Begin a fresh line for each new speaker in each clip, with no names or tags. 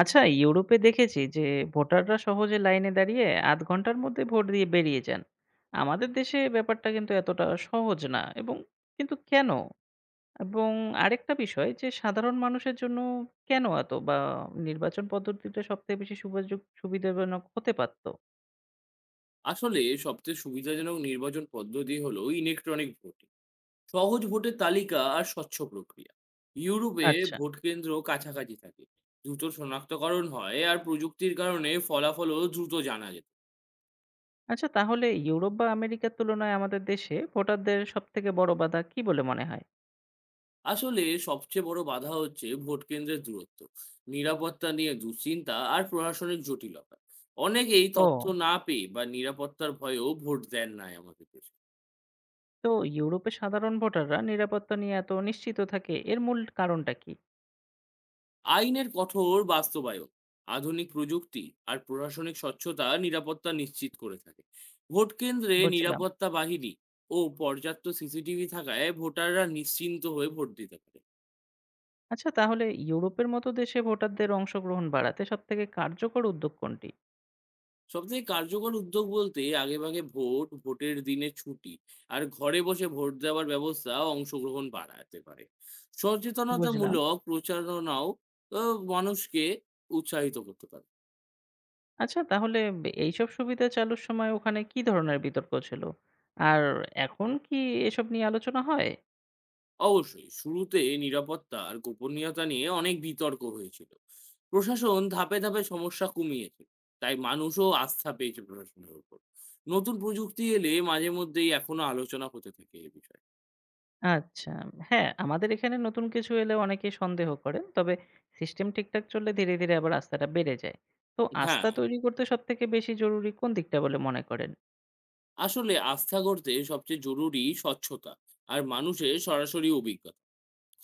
আচ্ছা, ইউরোপে দেখেছি যে ভোটাররা সহজে লাইনে দাঁড়িয়ে আধ ঘন্টার মধ্যে ভোট দিয়ে বেরিয়ে যান। আমাদের দেশে ব্যাপারটা কিন্তু এতটা সহজ না, এবং কিন্তু কেন? এবং আরেকটা বিষয় যে সাধারণ মানুষের জন্য কেন এত বা নির্বাচন পদ্ধতিটা সবথেকে বেশি সুবাযোগ সুবিধাজনক হতে পারত?
আসলে সবচেয়ে সুবিধাজনক নির্বাচন পদ্ধতি হলো ইলেকট্রনিক ভোটিং, সহজ ভোটের তালিকা আর স্বচ্ছ প্রক্রিয়া। ইউরোপে
আচ্ছা।
ভোট কেন্দ্র কাছাকাছি থাকে, দ্রুত শনাক্তকরণ হয় আর প্রযুক্তির কারণে ফলাফলও দ্রুত জানা যেত।
আচ্ছা, তাহলে ইউরোপ বা আমেরিকার তুলনায় আমাদের দেশে ভোটারদের সবথেকে বড় বাধা কি বলে মনে হয়?
আসলে সবচেয়ে বড় বাধা হচ্ছে ভোট কেন্দ্রের দূরত্ব, নিরাপত্তা নিয়ে দুশ্চিন্তা আর প্রশাসনিক জটিলতা। অনেকেই তথ্য
ও!
না পেয়ে বা নিরাপত্তার ভয়েও ভোট দেন না আমাদের দেশে।
তো ইউরোপে সাধারণ ভোটাররা নিরাপত্তা নিয়ে এত নিশ্চিত থাকে, এর মূল কারণটা কি?
আইনের কঠোর বাস্তবায়ন, আধুনিক প্রযুক্তি আর প্রশাসনিক স্বচ্ছতা নিরাপত্তা নিশ্চিত করে থাকে। ভোট কেন্দ্রে
বুঝলাম।
নিরাপত্তা বাহিনী ও পর্যাপ্ত সিসিটিভি থাকায় ভোটাররা নিশ্চিন্ত হয়ে ভোট দিতে পারে।
আচ্ছা, তাহলে ইউরোপের মতো দেশে ভোটারদের অংশগ্রহণ বাড়াতে সবথেকে কার্যকর উদ্যোগ কোনটি?
সবথেকে কার্যকর উদ্যোগ বলতে আগেভাগে ভোট, ভোটের দিনে ছুটি আর ঘরে বসে ভোট দেওয়ার ব্যবস্থা অংশগ্রহণ বাড়াতে পারে।
বুঝলাম।
সচেতনতামূলক প্রচারণাও আ মানুষকে উৎসাহিত করতে পারে।
আচ্ছা, তাহলে এইসব সুবিধা চালুর সময় ওখানে কি ধরনের বিতর্ক ছিল? আর এখন কি এসব নিয়ে আলোচনা হয়?
অবশ্যই। শুরুতে নিরাপত্তা আর গোপনীয়তা নিয়ে অনেক বিতর্ক হয়েছিল। প্রশাসন ধাপে ধাপে সমস্যা কমিয়েছে। তাই মানুষও আস্থা পেয়েছে প্রশাসনের উপর। নতুন প্রযুক্তি এলে মাঝে মধ্যেই এখনো আলোচনা হতে থাকে এ বিষয়ে।
আচ্ছা। হ্যাঁ, আমাদের এখানে নতুন কিছু এলে অনেকেই সন্দেহ করেন। তবে সিস্টেম ঠিকঠাক চললে ধীরে, ধীরে আবার আস্থাটা বেড়ে যায়। তো
হ্যাঁ,
আস্থা তৈরি করতে সবথেকে বেশি জরুরি কোন দিকটা বলে মনে করেন?
আসলে আস্থা গড়তে সবচেয়ে জরুরি স্বচ্ছতা আর মানুষের সরাসরি অভিজ্ঞতা।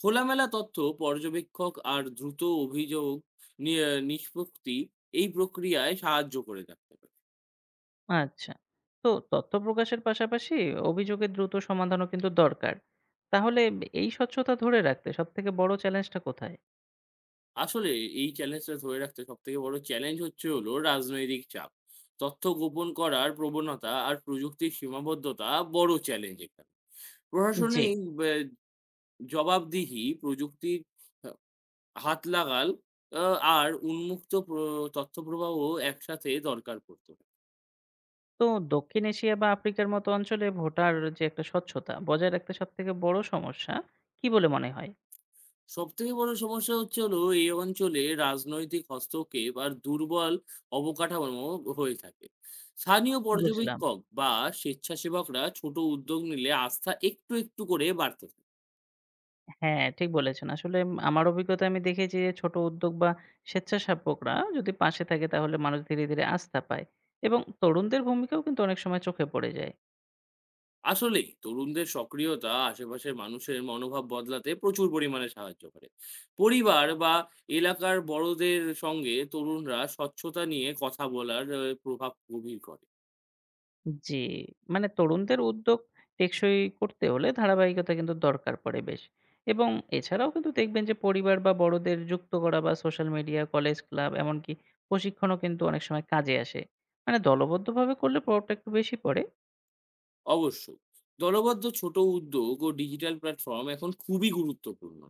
খোলামেলা তথ্য, পর্যবেক্ষক আর দ্রুত অভিযোগ নিয়ে নিষ্পত্তি এই প্রক্রিয়ায় সাহায্য করে থাকতে পারে।
আচ্ছা। তো তথ্য প্রকাশের পাশাপাশি অভিযোগের দ্রুত সমাধানও কিন্তু দরকার। তাহলে এই স্বচ্ছতা ধরে রাখতে সবথেকে বড় চ্যালেঞ্জটা কোথায়?
আসলে এই চ্যালেঞ্জটা ধরে রাখতে সবথেকে বড় চ্যালেঞ্জ হলো রাজনৈতিক চাপ। তথ্য গোপন করার প্রবণতা আর প্রযুক্তির সীমাবদ্ধতা বড় চ্যালেঞ্জ এখানে। প্রশাসনে
জি।
এই বে জবাবদিহি, প্রযুক্তির আ হাত লাগাল আ আর উন্মুক্ত প্র তথ্য প্রবাহ একসাথে দরকার পড়ত।
তো দক্ষিণ এশিয়া বা আফ্রিকার মতো অঞ্চলে ভোটার যে একটা স্বচ্ছতা বজায় রাখতে সবথেকে বড় সমস্যা কি বলে মনে হয়?
সবথেকে বড় সমস্যা হলো এই অঞ্চলে রাজনৈতিক হস্তক্ষেপ আর দুর্বল অবকাঠামো হয়ে থাকে। স্থানীয়
বুঝলাম।
পর্যবেক্ষক বা স্বেচ্ছাসেবকরা ছোট উদ্যোগ নিলে আস্থা একটু একটু করে বাড়তে থাকে।
হ্যাঁ, ঠিক বলেছেন। আসলে আমার অভিজ্ঞতায় আমি দেখেছি যে ছোট উদ্যোগ বা স্বেচ্ছাসেবকরা যদি পাশে থাকে তাহলে মানুষ ধীরে, ধীরে আস্থা পায় এবং তরুণদের ভূমিকাও কিন্তু অনেক সময় চোখে পড়ে যায়।
আসলেই তরুণদের সক্রিয়তা আশেপাশের মানুষের মনোভাব বদলাতে প্রচুর পরিমাণে সাহায্য করে। পরিবার বা এলাকার বড়দের সঙ্গে তরুণরা স্বচ্ছতা নিয়ে কথা বলার প্রভাব গভীর করে।
জি, মানে তরুণদের উদ্যোগ টেকসই করতে হলে ধারাবাহিকতা কিন্তু দরকার পড়ে বেশ। এবং এছাড়াও কিন্তু দেখবেন যে পরিবার বা বড়দের যুক্ত করা বা সোশ্যাল মিডিয়া, কলেজ, ক্লাব এমনকি প্রশিক্ষণও কিন্তু অনেক সময় কাজে আসে। মানে দলবদ্ধভাবে করলে প্রভাবটা একটু বেশি পড়ে।
অবশ্যই। দলবদ্ধ ছোট উদ্যোগ ও ডিজিটাল প্ল্যাটফর্ম এখন খুবই গুরুত্বপূর্ণ।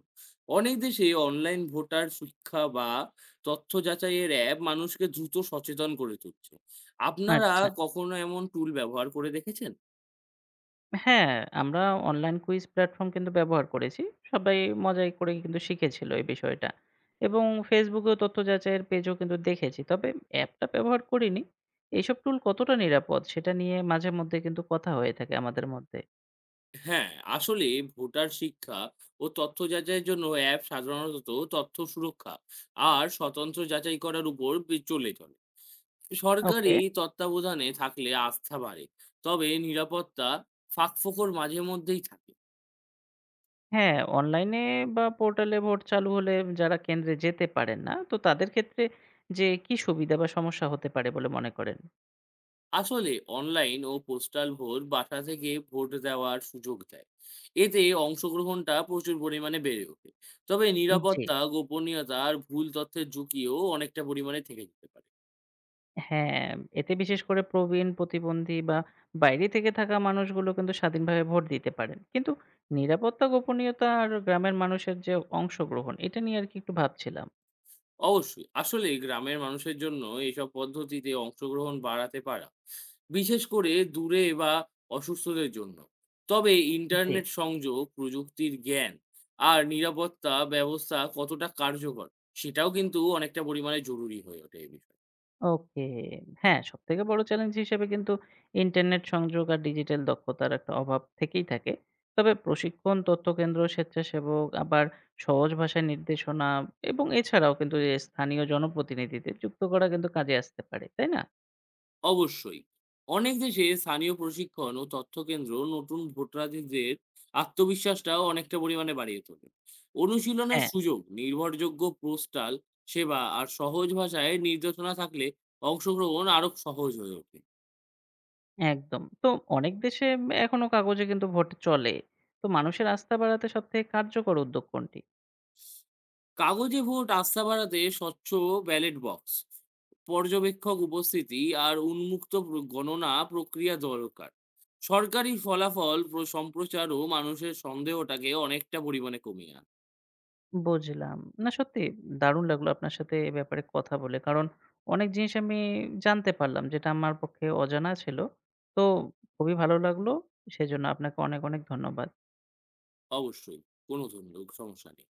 অনেক দেশে অনলাইন ভোটার শিক্ষা বা তথ্য যাচাইয়ের অ্যাপ মানুষকে দ্রুত সচেতন করে তুলছে। আপনারা
আচ্ছা।
কখনো এমন টুল ব্যবহার করে দেখেছেন?
হ্যাঁ, আমরা অনলাইন কুইজ প্ল্যাটফর্ম কিন্তু ব্যবহার করেছি। সবাই মজাই করে কিন্তু শিখেছিল এই বিষয়টা। এবং ফেসবুকেও তথ্য যাচাইয়ের পেজও কিন্তু দেখেছি। তবে অ্যাপটা ব্যবহার করিনি। এইসব টুল কতটা নিরাপদ সেটা নিয়ে মাঝে মধ্যে কিন্তু কথা হয়ে থাকে আমাদের মধ্যে।
হ্যাঁ, আসলে ভোটার শিক্ষা ও তথ্য যাচাইয়ের জন্য অ্যাপ সাধারণত তথ্য সুরক্ষা আর স্বতন্ত্র যাচাই করার উপর চলে চলে
ওকে।
সরকারি তত্ত্বাবধানে থাকলে আস্থা বাড়ে। তবে নিরাপত্তা ফাঁকফোকর মাঝে মধ্যেই থাকে।
হ্যাঁ, অনলাইনে বা পোর্টালে ভোট চালু হলে যারা কেন্দ্রে যেতে পারেন না, তো তাদের ক্ষেত্রে যে কি সুবিধা বা সমস্যা হতে পারে বলে মনে করেন?
আসলে অনলাইন ও পোস্টাল ভোট বাসা থেকে ভোট দেওয়ার সুযোগ দেয়। এতে অংশগ্রহণটা প্রচুর পরিমাণে বেড়ে ওঠে। তবে
জি।
নিরাপত্তা, গোপনীয়তা আর ভুল তথ্যের ঝুঁকিও অনেকটা পরিমাণে থেকে যেতে পারে।
হ্যাঁ, এতে বিশেষ করে প্রবীণ, প্রতিবন্ধী বা বাইরে থেকে থাকা মানুষগুলো কিন্তু স্বাধীনভাবে ভোট দিতে পারেন। কিন্তু নিরাপত্তা, গোপনীয়তা আর গ্রামের মানুষের যে অংশগ্রহণ, এটা নিয়ে আরকি একটু ভাবছিলাম।
অবশ্যই। আসলেই গ্রামের মানুষের জন্য এইসব পদ্ধতিতে অংশগ্রহণ বাড়াতে পারা, বিশেষ করে দূরে বা অসুস্থদের জন্য। তবে
জি,
ইন্টারনেট সংযোগ, প্রযুক্তির জ্ঞান আর নিরাপত্তা ব্যবস্থা কতটা কার্যকর, সেটাও কিন্তু অনেকটা পরিমাণে জরুরি হয়ে ওঠে এই বিষয়ে।
ওকে। হ্যাঁ, সবথেকে বড় চ্যালেঞ্জ হিসেবে কিন্তু ইন্টারনেট সংযোগ আর ডিজিটাল দক্ষতার একটা অভাব থেকেই থাকে। তবে প্রশিক্ষণ, তথ্যকেন্দ্র, স্বেচ্ছাসেবক আবার সহজ ভাষায় নির্দেশনা এবং এছাড়াও কিন্তু যে স্থানীয় জনপ্রতিনিধিদের যুক্ত করা কিন্তু কাজে আসতে পারে। তাই না?
অবশ্যই। অনেক দেশে স্থানীয় প্রশিক্ষণ ও তথ্যকেন্দ্র নতুন ভোটারদের আত্মবিশ্বাসটাও অনেকটা পরিমাণে বাড়িয়ে তোলে। অনুশীলনের
হ্যাঁ।
সুযোগ, নির্ভরযোগ্য পোস্টাল সেবা আর সহজ ভাষায় নির্দেশনা থাকলে অংশগ্রহণ আরও সহজ হয়ে ওঠে।
একদম। তো অনেক দেশে এখনো কাগজে কিন্তু ভোট চলে। তো মানুষের আস্থা বাড়াতে সবথেকে কার্যকর উদ্যোগ কোনটি?
কাগজে ভোট আস্থা বাড়াতে স্বচ্ছ ব্যালট বক্স, পর্যবেক্ষক উপস্থিতি আর উন্মুক্ত প্র গণনা প্রক্রিয়া দরকার। সরকারি ফলাফল সম্প্রচারও মানুষের সন্দেহটাকে অনেকটা পরিমাণে কমিয়ে আনে।
বুঝলাম। না সত্যি দারুণ লাগলো আপনার সাথে এ ব্যাপারে কথা বলে। কারণ অনেক জিনিস আমি জানতে পারলাম যেটা আমার পক্ষে অজানা ছিল। তো খুবই ভালো লাগলো। সেজন্য আপনাকে অনেক, অনেক ধন্যবাদ।
অবশ্যই। কোনো ধরনের সমস্যা নেই।